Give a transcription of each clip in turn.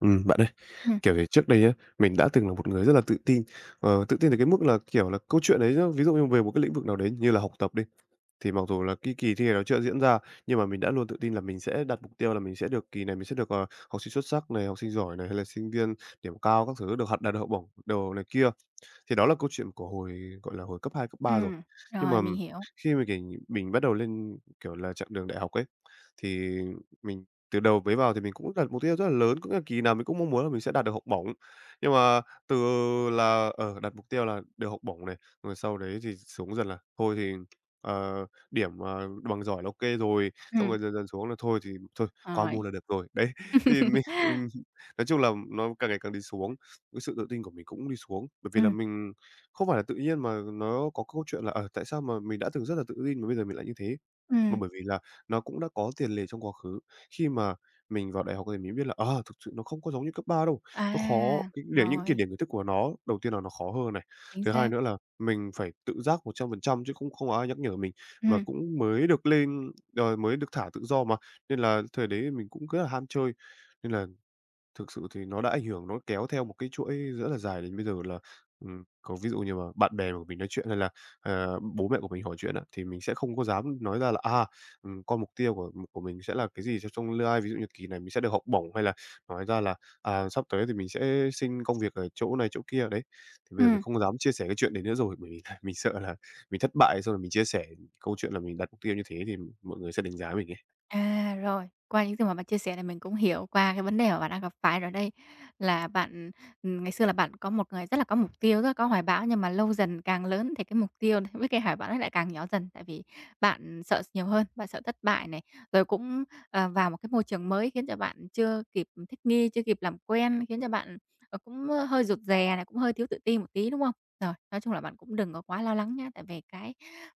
Bạn ơi, Ừm, kiểu thì trước đây á, mình đã từng là một người rất là tự tin, tự tin đến cái mức là, kiểu là, câu chuyện đấy nhá, ví dụ như về một cái lĩnh vực nào đấy như là học tập đi, thì mặc dù là cái kỳ thi này nó chưa diễn ra, nhưng mà mình đã luôn tự tin là mình sẽ đặt mục tiêu là mình sẽ được kỳ này mình sẽ được, học sinh xuất sắc này, học sinh giỏi này, hay là sinh viên điểm cao các thứ, được học đạt được học bổng đồ này kia. Thì đó là câu chuyện của hồi, gọi là, hồi cấp 2 cấp ba rồi. ừm, Nhưng rồi, mà mình hiểu. khi mà, kiểu, mình bắt đầu lên, kiểu là, chặng đường đại học ấy, thì mình từ đầu mới vào thì mình cũng đặt mục tiêu rất là lớn, cũng là kỳ nào mình cũng mong muốn là mình sẽ đạt được học bổng. Nhưng mà từ là, đặt mục tiêu là được học bổng này, rồi sau đấy thì xuống dần là thôi thì, điểm, bằng giỏi là ô kê rồi, xong Ừm, rồi dần dần xuống là thôi thì thôi qua rồi. môn là được rồi. Đấy, thì mình nói chung là nó càng ngày càng đi xuống. Cái sự tự tin của mình cũng đi xuống, bởi vì là Ừm, mình không phải là tự nhiên mà nó có câu chuyện là, tại sao mà mình đã từng rất là tự tin mà bây giờ mình lại như thế, mà ừm, bởi vì là nó cũng đã có tiền lệ trong quá khứ. Khi mà mình vào đại học thì mình biết là, thực sự nó không có giống như cấp 3 đâu, nó khó à, cái điểm những cái rồi, điểm kiến thức của nó đầu tiên là nó khó hơn này, chính thứ hai xác. nữa là mình phải tự giác 100% chứ cũng không có ai nhắc nhở mình, mà Ừm, cũng mới được lên, rồi mới được thả tự do mà, nên là thời đấy mình cũng rất là ham chơi, nên là thực sự thì nó đã ảnh hưởng, nó kéo theo một cái chuỗi rất là dài đến bây giờ là, có ví dụ như mà bạn bè của mình nói chuyện hay là, bố mẹ của mình hỏi chuyện á, thì mình sẽ không có dám nói ra là, à, con mục tiêu của mình sẽ là cái gì cho trong tương lai, ví dụ như kỳ này mình sẽ được học bổng hay là nói ra là, à, sắp tới thì mình sẽ xin công việc ở chỗ này chỗ kia, đấy. Thì bây giờ mình ừm. không dám chia sẻ cái chuyện đấy nữa rồi, bởi vì là mình sợ là mình thất bại xong rồi mình chia sẻ câu chuyện là mình đặt mục tiêu như thế thì mọi người sẽ đánh giá mình ấy. À, rồi, qua những gì mà bạn chia sẻ thì mình cũng hiểu qua cái vấn đề mà bạn đang gặp phải rồi đây, là bạn ngày xưa là bạn có một người rất là có mục tiêu, rất là có hoài bão, nhưng mà lâu dần càng lớn thì cái mục tiêu với cái hoài bão nó lại càng nhỏ dần, tại vì bạn sợ nhiều hơn, bạn sợ thất bại này, rồi cũng, vào một cái môi trường mới khiến cho bạn chưa kịp thích nghi, chưa kịp làm quen, khiến cho bạn, cũng hơi rụt rè này, cũng hơi thiếu tự tin một tí, đúng không? Rồi, nói chung là bạn cũng đừng có quá lo lắng nhá, tại vì cái,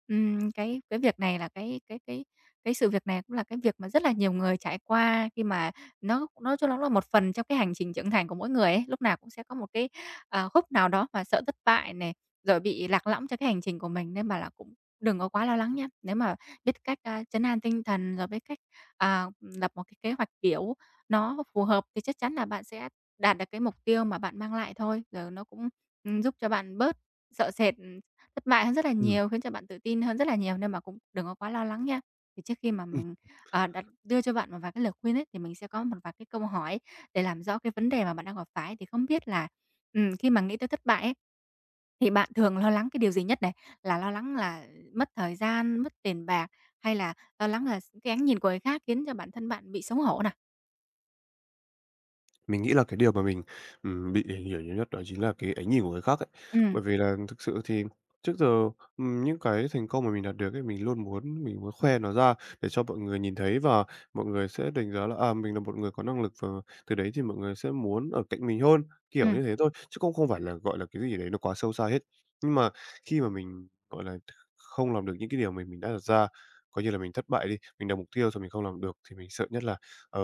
ừm, cái cái việc này là cái sự việc này cũng là cái việc mà rất là nhiều người trải qua khi mà nó cho nó là một phần trong cái hành trình trưởng thành của mỗi người ấy, lúc nào cũng sẽ có một cái, khúc nào đó mà sợ thất bại này, rồi bị lạc lõng trong cái hành trình của mình nên mà là cũng đừng có quá lo lắng nha. Nếu mà biết cách, trấn an tinh thần, rồi biết cách, lập một cái kế hoạch, kiểu, nó phù hợp thì chắc chắn là bạn sẽ đạt được cái mục tiêu mà bạn mang lại thôi. Rồi nó cũng, giúp cho bạn bớt sợ sệt, thất bại hơn rất là nhiều, khiến cho bạn tự tin hơn rất là nhiều nên mà cũng đừng có quá lo lắng nha. Thì trước khi mà Ừm. mình, đặt đưa cho bạn một vài cái lời khuyên ấy, thì mình sẽ có một vài cái câu hỏi để làm rõ cái vấn đề mà bạn đang gặp phải. Thì không biết là, khi mà nghĩ tới thất bại ấy, thì bạn thường lo lắng cái điều gì nhất này? Là lo lắng là mất thời gian, mất tiền bạc, hay là lo lắng là cái ánh nhìn của người khác khiến cho bản thân bạn bị xấu hổ nè? Mình nghĩ là cái điều mà mình, bị ảnh hưởng nhiều nhất đó chính là cái ánh nhìn của người khác ấy. Ừ. Bởi vì là thực sự thì trước giờ, những cái thành công mà mình đạt được ấy, mình luôn muốn mình muốn khoe nó ra để cho mọi người nhìn thấy và mọi người sẽ đánh giá là, à, mình là một người có năng lực và từ đấy thì mọi người sẽ muốn ở cạnh mình hơn, Ừ. kiểu như thế thôi, chứ cũng không phải là, gọi là, cái gì đấy nó quá sâu xa hết. Nhưng mà khi mà mình, gọi là, không làm được những cái điều mà mình đã đặt ra, coi như là mình thất bại đi, mình đặt mục tiêu rồi mình không làm được thì mình sợ nhất là, ờ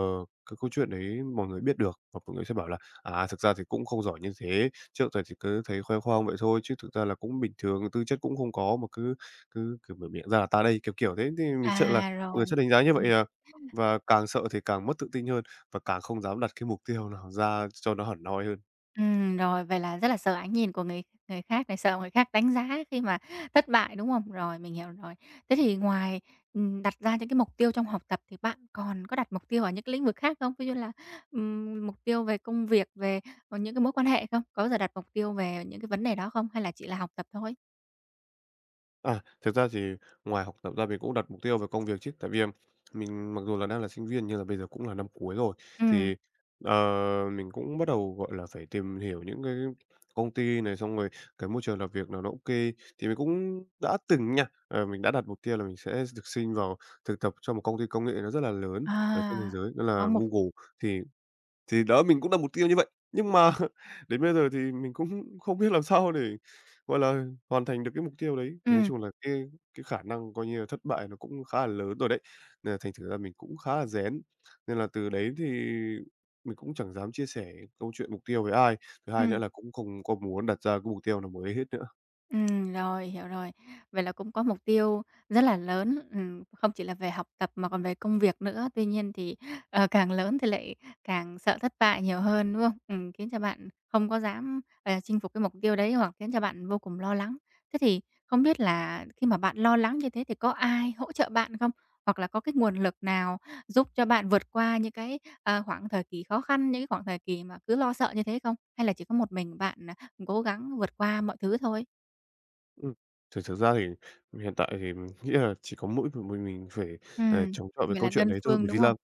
cái câu chuyện đấy mọi người biết được và mọi người sẽ bảo là "À, thực ra thì cũng không giỏi như thế, trước giờ thì cứ thấy khoe khoang vậy thôi, chứ thực ra là cũng bình thường, tư chất cũng không có mà cứ cứ mở miệng ra là ta đây", kiểu, kiểu thế. Thì mình sợ là À, mọi người sẽ rồi. đánh giá như vậy à, và càng sợ thì càng mất tự tin hơn và càng không dám đặt cái mục tiêu nào ra cho nó hẳn hoi hơn. Rồi, vậy là rất là sợ ánh nhìn của người người khác này, sợ người khác đánh giá khi mà thất bại, đúng không? Rồi, mình hiểu rồi. Thế thì ngoài, đặt ra những cái mục tiêu trong học tập thì bạn còn có đặt mục tiêu ở những cái lĩnh vực khác không? Ví dụ là, mục tiêu về công việc, về, những cái mối quan hệ không? Có bao giờ đặt mục tiêu về những cái vấn đề đó không? Hay là chỉ là học tập thôi? À, thực ra thì ngoài học tập ra mình cũng đặt mục tiêu về công việc chứ, tại vì, à, mình mặc dù là đang là sinh viên nhưng là bây giờ cũng là năm cuối rồi, Ừm, thì, ờ, mình cũng bắt đầu, gọi là, phải tìm hiểu những cái công ty này, xong rồi cái môi trường làm việc nào nó OK. Thì mình cũng đã từng nha, mình đã đặt mục tiêu là mình sẽ được xin vào thực tập cho một công ty công nghệ nó rất là lớn à, ở trên thế giới, đó là có mục tiêu. Google. Thì thì đó, mình cũng đặt mục tiêu như vậy, nhưng mà đến bây giờ thì mình cũng không biết làm sao để, gọi là, hoàn thành được cái mục tiêu đấy. Nói Ừm, chung là cái khả năng coi như là thất bại nó cũng khá là lớn rồi đấy, nên là thành thử ra mình cũng khá là rén. Nên là từ đấy thì mình cũng chẳng dám chia sẻ câu chuyện mục tiêu với ai, thứ hai nữa ừm. là cũng không có muốn đặt ra cái mục tiêu nào mới hết nữa. Rồi, hiểu rồi. Vậy là cũng có mục tiêu rất là lớn, không chỉ là về học tập mà còn về công việc nữa. Tuy nhiên thì, càng lớn thì lại càng sợ thất bại nhiều hơn, đúng không? Khiến cho bạn không có dám, chinh phục cái mục tiêu đấy hoặc khiến cho bạn vô cùng lo lắng. Thế thì không biết là khi mà bạn lo lắng như thế thì có ai hỗ trợ bạn không? Hoặc là có cái nguồn lực nào giúp cho bạn vượt qua những cái, khoảng thời kỳ khó khăn, những cái khoảng thời kỳ mà cứ lo sợ như thế không? Hay là chỉ có một mình bạn, cố gắng vượt qua mọi thứ thôi? Ừm. Thực thực ra thì hiện tại thì mình nghĩ là chỉ có mỗi một mình phải, Ừm, chống chọi với vậy là câu đơn chuyện đấy thôi, phương, bởi vì đúng là hông?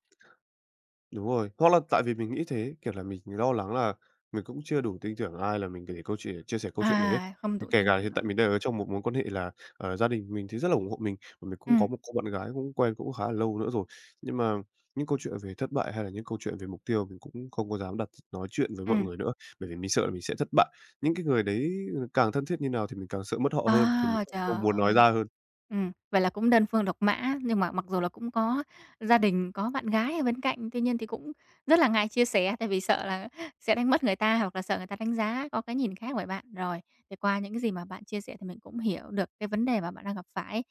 đúng rồi, hoặc là tại vì mình nghĩ thế, kiểu là, mình lo lắng là mình cũng chưa đủ tin tưởng ai là mình để câu chuyện chia sẻ câu chuyện đấy ấy. À, không Thì đủ kể tin cả hiện tại tưởng. mình đang ở trong một mối quan hệ là, gia đình mình thì rất là ủng hộ mình, và mình cũng Ừm, có một cô bạn gái cũng quen cũng khá là lâu nữa rồi. Nhưng mà những câu chuyện về thất bại hay là những câu chuyện về mục tiêu mình cũng không có dám đặt nói chuyện với mọi ừm. người nữa, bởi vì mình sợ là mình sẽ thất bại. Những cái người đấy ừ, càng thân thiết như nào thì mình càng sợ mất họ hơn, thì mình À, cũng trời không muốn nói ơi! ra hơn. Vậy là cũng đơn phương độc mã, nhưng mà mặc dù là cũng có gia đình, có bạn gái ở bên cạnh, tuy nhiên thì cũng rất là ngại chia sẻ, tại vì sợ là sẽ đánh mất người ta hoặc là sợ người ta đánh giá, có cái nhìn khác về bạn. Rồi, thì qua những cái gì mà bạn chia sẻ thì mình cũng hiểu được cái vấn đề mà bạn đang gặp phải,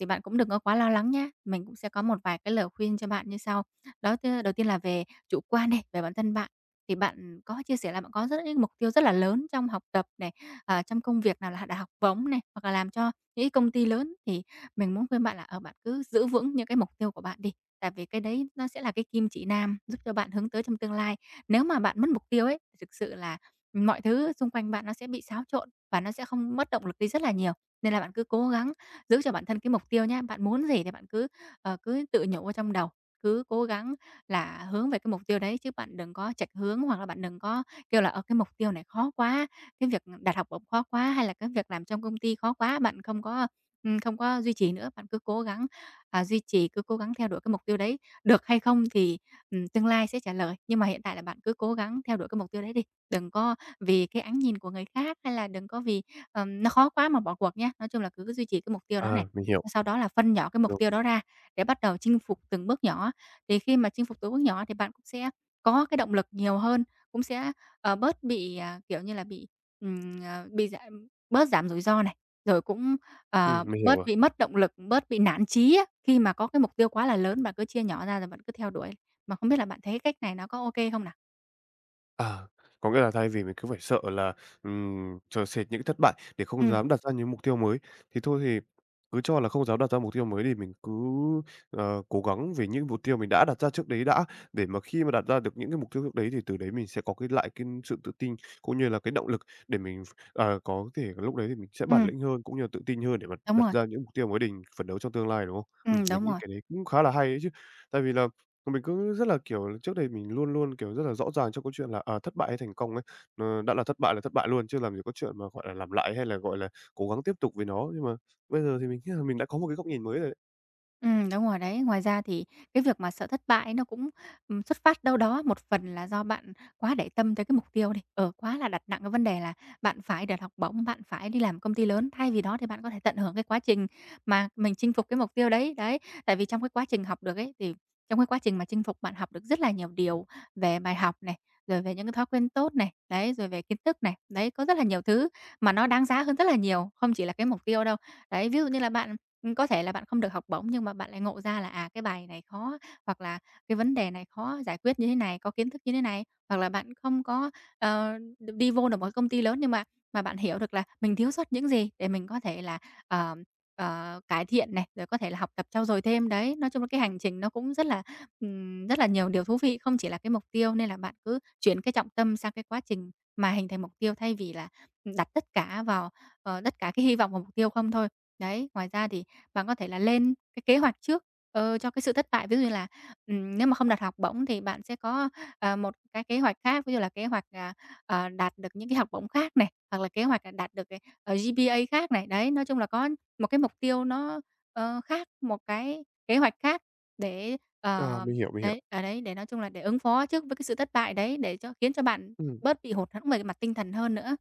thì bạn cũng đừng có quá lo lắng nhá. Mình cũng sẽ có một vài cái lời khuyên cho bạn như sau. Đó, thứ đầu tiên là về chủ quan đi, về bản thân bạn. Thì bạn có chia sẻ là bạn có rất những mục tiêu rất là lớn trong học tập này, trong công việc nào là đã học vấn này, hoặc là làm cho những cái công ty lớn, thì mình muốn khuyên bạn là, ở bạn cứ giữ vững những cái mục tiêu của bạn đi, tại vì cái đấy nó sẽ là cái kim chỉ nam giúp cho bạn hướng tới trong tương lai. Nếu mà bạn mất mục tiêu ấy, thực sự là mọi thứ xung quanh bạn nó sẽ bị xáo trộn và nó sẽ không mất động lực đi rất là nhiều. Nên là bạn cứ cố gắng giữ cho bản thân cái mục tiêu nhé. Bạn muốn gì thì bạn cứ, cứ tự nhủ ở trong đầu, cứ cố gắng là hướng về cái mục tiêu đấy chứ bạn đừng có chệch hướng hoặc là bạn đừng có kêu là, ở cái mục tiêu này khó quá, cái việc đạt học bổng khó quá hay là cái việc làm trong công ty khó quá, bạn không có duy trì nữa. Bạn cứ cố gắng, duy trì, cứ cố gắng theo đuổi cái mục tiêu đấy. Được hay không thì, tương lai sẽ trả lời, nhưng mà hiện tại là bạn cứ cố gắng theo đuổi cái mục tiêu đấy đi. Đừng có vì cái ánh nhìn của người khác hay là đừng có vì, nó khó quá mà bỏ cuộc nhé. Nói chung là cứ duy trì cái mục tiêu đó này, À, mình hiểu, sau đó là phân nhỏ cái mục đúng, tiêu đó ra để bắt đầu chinh phục từng bước nhỏ. Thì khi mà chinh phục tối bước nhỏ thì bạn cũng sẽ có cái động lực nhiều hơn, cũng sẽ, bớt bị, kiểu như là, bị giảm bớt giảm rủi ro này, rồi cũng, ừ mình hiểu bớt rồi. bị mất động lực, bớt bị nản chí á, khi mà có cái mục tiêu quá là lớn bạn cứ chia nhỏ ra rồi bạn cứ theo đuổi. Mà không biết là bạn thấy cái cách này nó có ok không nào? À, có nghĩa là thay vì mình cứ phải sợ là, chờ sệt những cái thất bại để Ừ, không dám đặt ra những mục tiêu mới, thì thôi thì cứ cho là không dám đặt ra mục tiêu mới thì mình cứ, cố gắng về những mục tiêu mình đã đặt ra trước đấy đã, để mà khi mà đặt ra được những cái mục tiêu trước đấy thì từ đấy mình sẽ có cái lại cái sự tự tin, cũng như là cái động lực để mình có thể lúc đấy thì mình sẽ bản ừm, lĩnh hơn, cũng như là tự tin hơn để mà đúng đặt rồi, ra những mục tiêu mới để phấn đấu trong tương lai, đúng không? Mình đúng nghĩ rồi. cái đấy cũng khá là hay đấy chứ. Tại vì là mình cứ rất là, kiểu, trước đây mình luôn luôn, kiểu, rất là rõ ràng trong câu chuyện là, à, thất bại hay thành công ấy, đã là thất bại luôn chứ làm gì có chuyện mà, gọi là, làm lại hay là, gọi là, cố gắng tiếp tục với nó. Nhưng mà bây giờ thì mình nghĩ là mình đã có một cái góc nhìn mới rồi đấy. Đúng rồi đấy. Ngoài ra thì cái việc mà sợ thất bại ấy nó cũng, xuất phát đâu đó một phần là do bạn quá để tâm tới cái mục tiêu đi, ở quá là đặt nặng cái vấn đề là bạn phải được học bổng, bạn phải đi làm công ty lớn, thay vì đó thì bạn có thể tận hưởng cái quá trình mà mình chinh phục cái mục tiêu đấy, đấy. Tại vì trong cái quá trình học được ấy, thì trong cái quá trình mà chinh phục bạn học được rất là nhiều điều về bài học này, rồi về những cái thói quen tốt này, đấy, rồi về kiến thức này, đấy, có rất là nhiều thứ mà nó đáng giá hơn rất là nhiều, không chỉ là cái mục tiêu đâu. Đấy, ví dụ như là bạn có thể là bạn không được học bổng nhưng mà bạn lại ngộ ra là, à, cái bài này khó, hoặc là cái vấn đề này khó giải quyết như thế này, có kiến thức như thế này. Hoặc là bạn không có, ờ, đi vô được một công ty lớn nhưng mà bạn hiểu được là mình thiếu sót những gì để mình có thể là, ờ, cải thiện này, rồi có thể là học tập trau dồi thêm. Đấy, nói chung là cái hành trình nó cũng rất là nhiều điều thú vị, không chỉ là cái mục tiêu nên là bạn cứ chuyển cái trọng tâm sang cái quá trình mà hình thành mục tiêu thay vì là đặt tất cả vào, tất cả cái hy vọng vào mục tiêu không thôi. Đấy, ngoài ra thì bạn có thể là lên cái kế hoạch trước, cho cái sự thất bại. Ví dụ như là, nếu mà không đạt học bổng thì bạn sẽ có, một cái kế hoạch khác, ví dụ là kế hoạch, đạt được những cái học bổng khác này, hoặc là kế hoạch, đạt được, GPA khác này. Đấy, nói chung là có một cái mục tiêu nó, khác, một cái kế hoạch khác để, À, mình hiểu, mình hiểu. đấy, ở đấy, để nói chung là để ứng phó trước với cái sự thất bại đấy, để cho khiến cho bạn Ừm. bớt bị hụt hẫng về mặt tinh thần hơn nữa.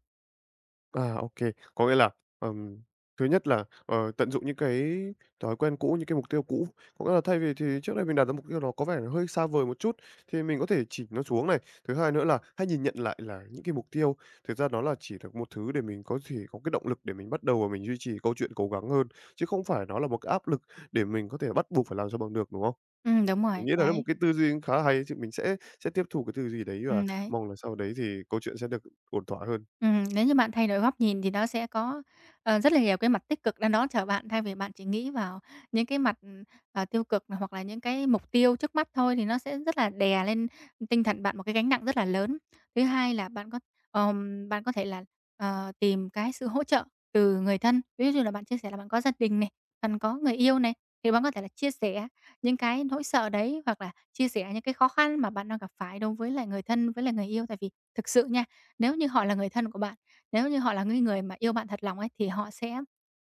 À, ok. Có nghĩa là, ờm, thứ nhất là, tận dụng những cái thói quen cũ, những cái mục tiêu cũ. Có nghĩa là thay vì thì trước đây mình đặt ra mục tiêu nó có vẻ nó hơi xa vời một chút, thì mình có thể chỉnh nó xuống này. Thứ hai nữa là hãy nhìn nhận lại là những cái mục tiêu, thực ra nó là chỉ là một thứ để mình có thể có cái động lực để mình bắt đầu và mình duy trì câu chuyện cố gắng hơn, chứ không phải nó là một cái áp lực để mình có thể bắt buộc phải làm sao bằng được, đúng không? Đúng rồi, Mình nghĩ là đó là một đấy, cái tư duy khá hay, chứ mình sẽ tiếp thu cái tư duy đấy và đấy. mong là sau đấy thì câu chuyện sẽ được ổn thỏa hơn. Nếu như bạn thay đổi góc nhìn thì nó sẽ có, rất là nhiều cái mặt tích cực đang đón chờ bạn thay vì bạn chỉ nghĩ vào những cái mặt, tiêu cực hoặc là những cái mục tiêu trước mắt thôi thì nó sẽ rất là đè lên tinh thần bạn một cái gánh nặng rất là lớn. Thứ hai là bạn bạn có thể là, tìm cái sự hỗ trợ từ người thân, ví dụ như là bạn chia sẻ là bạn có gia đình này, bạn có người yêu này, thì bạn có thể là chia sẻ những cái nỗi sợ đấy hoặc là chia sẻ những cái khó khăn mà bạn đang gặp phải đối với lại người thân, với lại người yêu. Tại vì thực sự nha nếu như họ là người thân của bạn, nếu như họ là cái người mà yêu bạn thật lòng ấy, thì họ sẽ,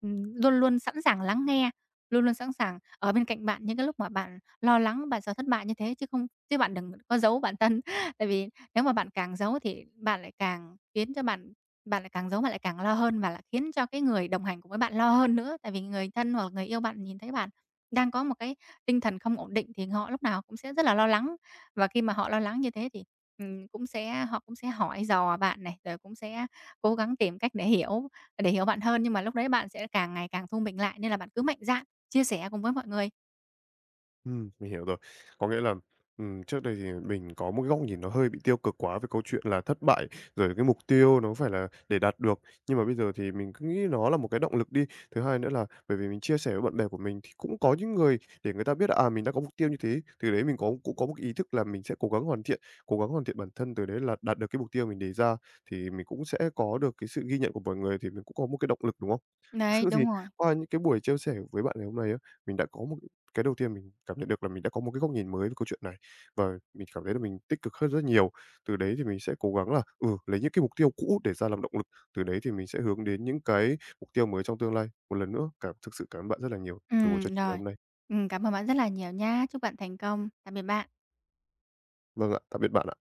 luôn luôn sẵn sàng lắng nghe, luôn luôn sẵn sàng ở bên cạnh bạn những cái lúc mà bạn lo lắng, bạn sợ thất bại như thế, chứ không chứ bạn đừng có giấu bản thân. Tại vì nếu mà bạn càng giấu thì bạn lại càng khiến cho bạn bạn lại càng giấu, bạn lại càng lo hơn và lại khiến cho cái người đồng hành cùng với bạn lo hơn nữa. Tại vì người thân hoặc người yêu bạn nhìn thấy bạn đang có một cái tinh thần không ổn định thì họ lúc nào cũng sẽ rất là lo lắng. Và khi mà họ lo lắng như thế thì, cũng sẽ họ cũng sẽ hỏi dò bạn này, rồi cũng sẽ cố gắng tìm cách để hiểu bạn hơn, nhưng mà lúc đấy bạn sẽ càng ngày càng thu mình lại, nên là bạn cứ mạnh dạn chia sẻ cùng với mọi người. Mình hiểu rồi. Có nghĩa là, trước đây thì mình có một cái góc nhìn nó hơi bị tiêu cực quá về câu chuyện là thất bại, rồi cái mục tiêu nó phải là để đạt được. Nhưng mà bây giờ thì mình cứ nghĩ nó là một cái động lực đi. Thứ hai nữa là bởi vì mình chia sẻ với bạn bè của mình thì cũng có những người để người ta biết là, à, mình đã có mục tiêu như thế, từ đấy mình có cũng có một cái ý thức là mình sẽ cố gắng hoàn thiện, cố gắng hoàn thiện bản thân, từ đấy là đạt được cái mục tiêu mình đề ra thì mình cũng sẽ có được cái sự ghi nhận của mọi người thì mình cũng có một cái động lực, đúng không? Thực Đấy, sự thì đúng rồi. qua những cái buổi chia sẻ với bạn ngày hôm nay á, mình đã có một cái đầu tiên mình cảm nhận được là mình đã có một cái góc nhìn mới về câu chuyện này và mình cảm thấy là mình tích cực hơn rất nhiều. Từ đấy thì mình sẽ cố gắng là, lấy những cái mục tiêu cũ để ra làm động lực, từ đấy thì mình sẽ hướng đến những cái mục tiêu mới trong tương lai. Một lần nữa thực sự cảm ơn bạn rất là nhiều về buổi Ừ trò chuyện ngày rồi. hôm nay. Cảm ơn bạn rất là nhiều nha. Chúc bạn thành công. Tạm biệt bạn. Vâng ạ, tạm biệt bạn ạ.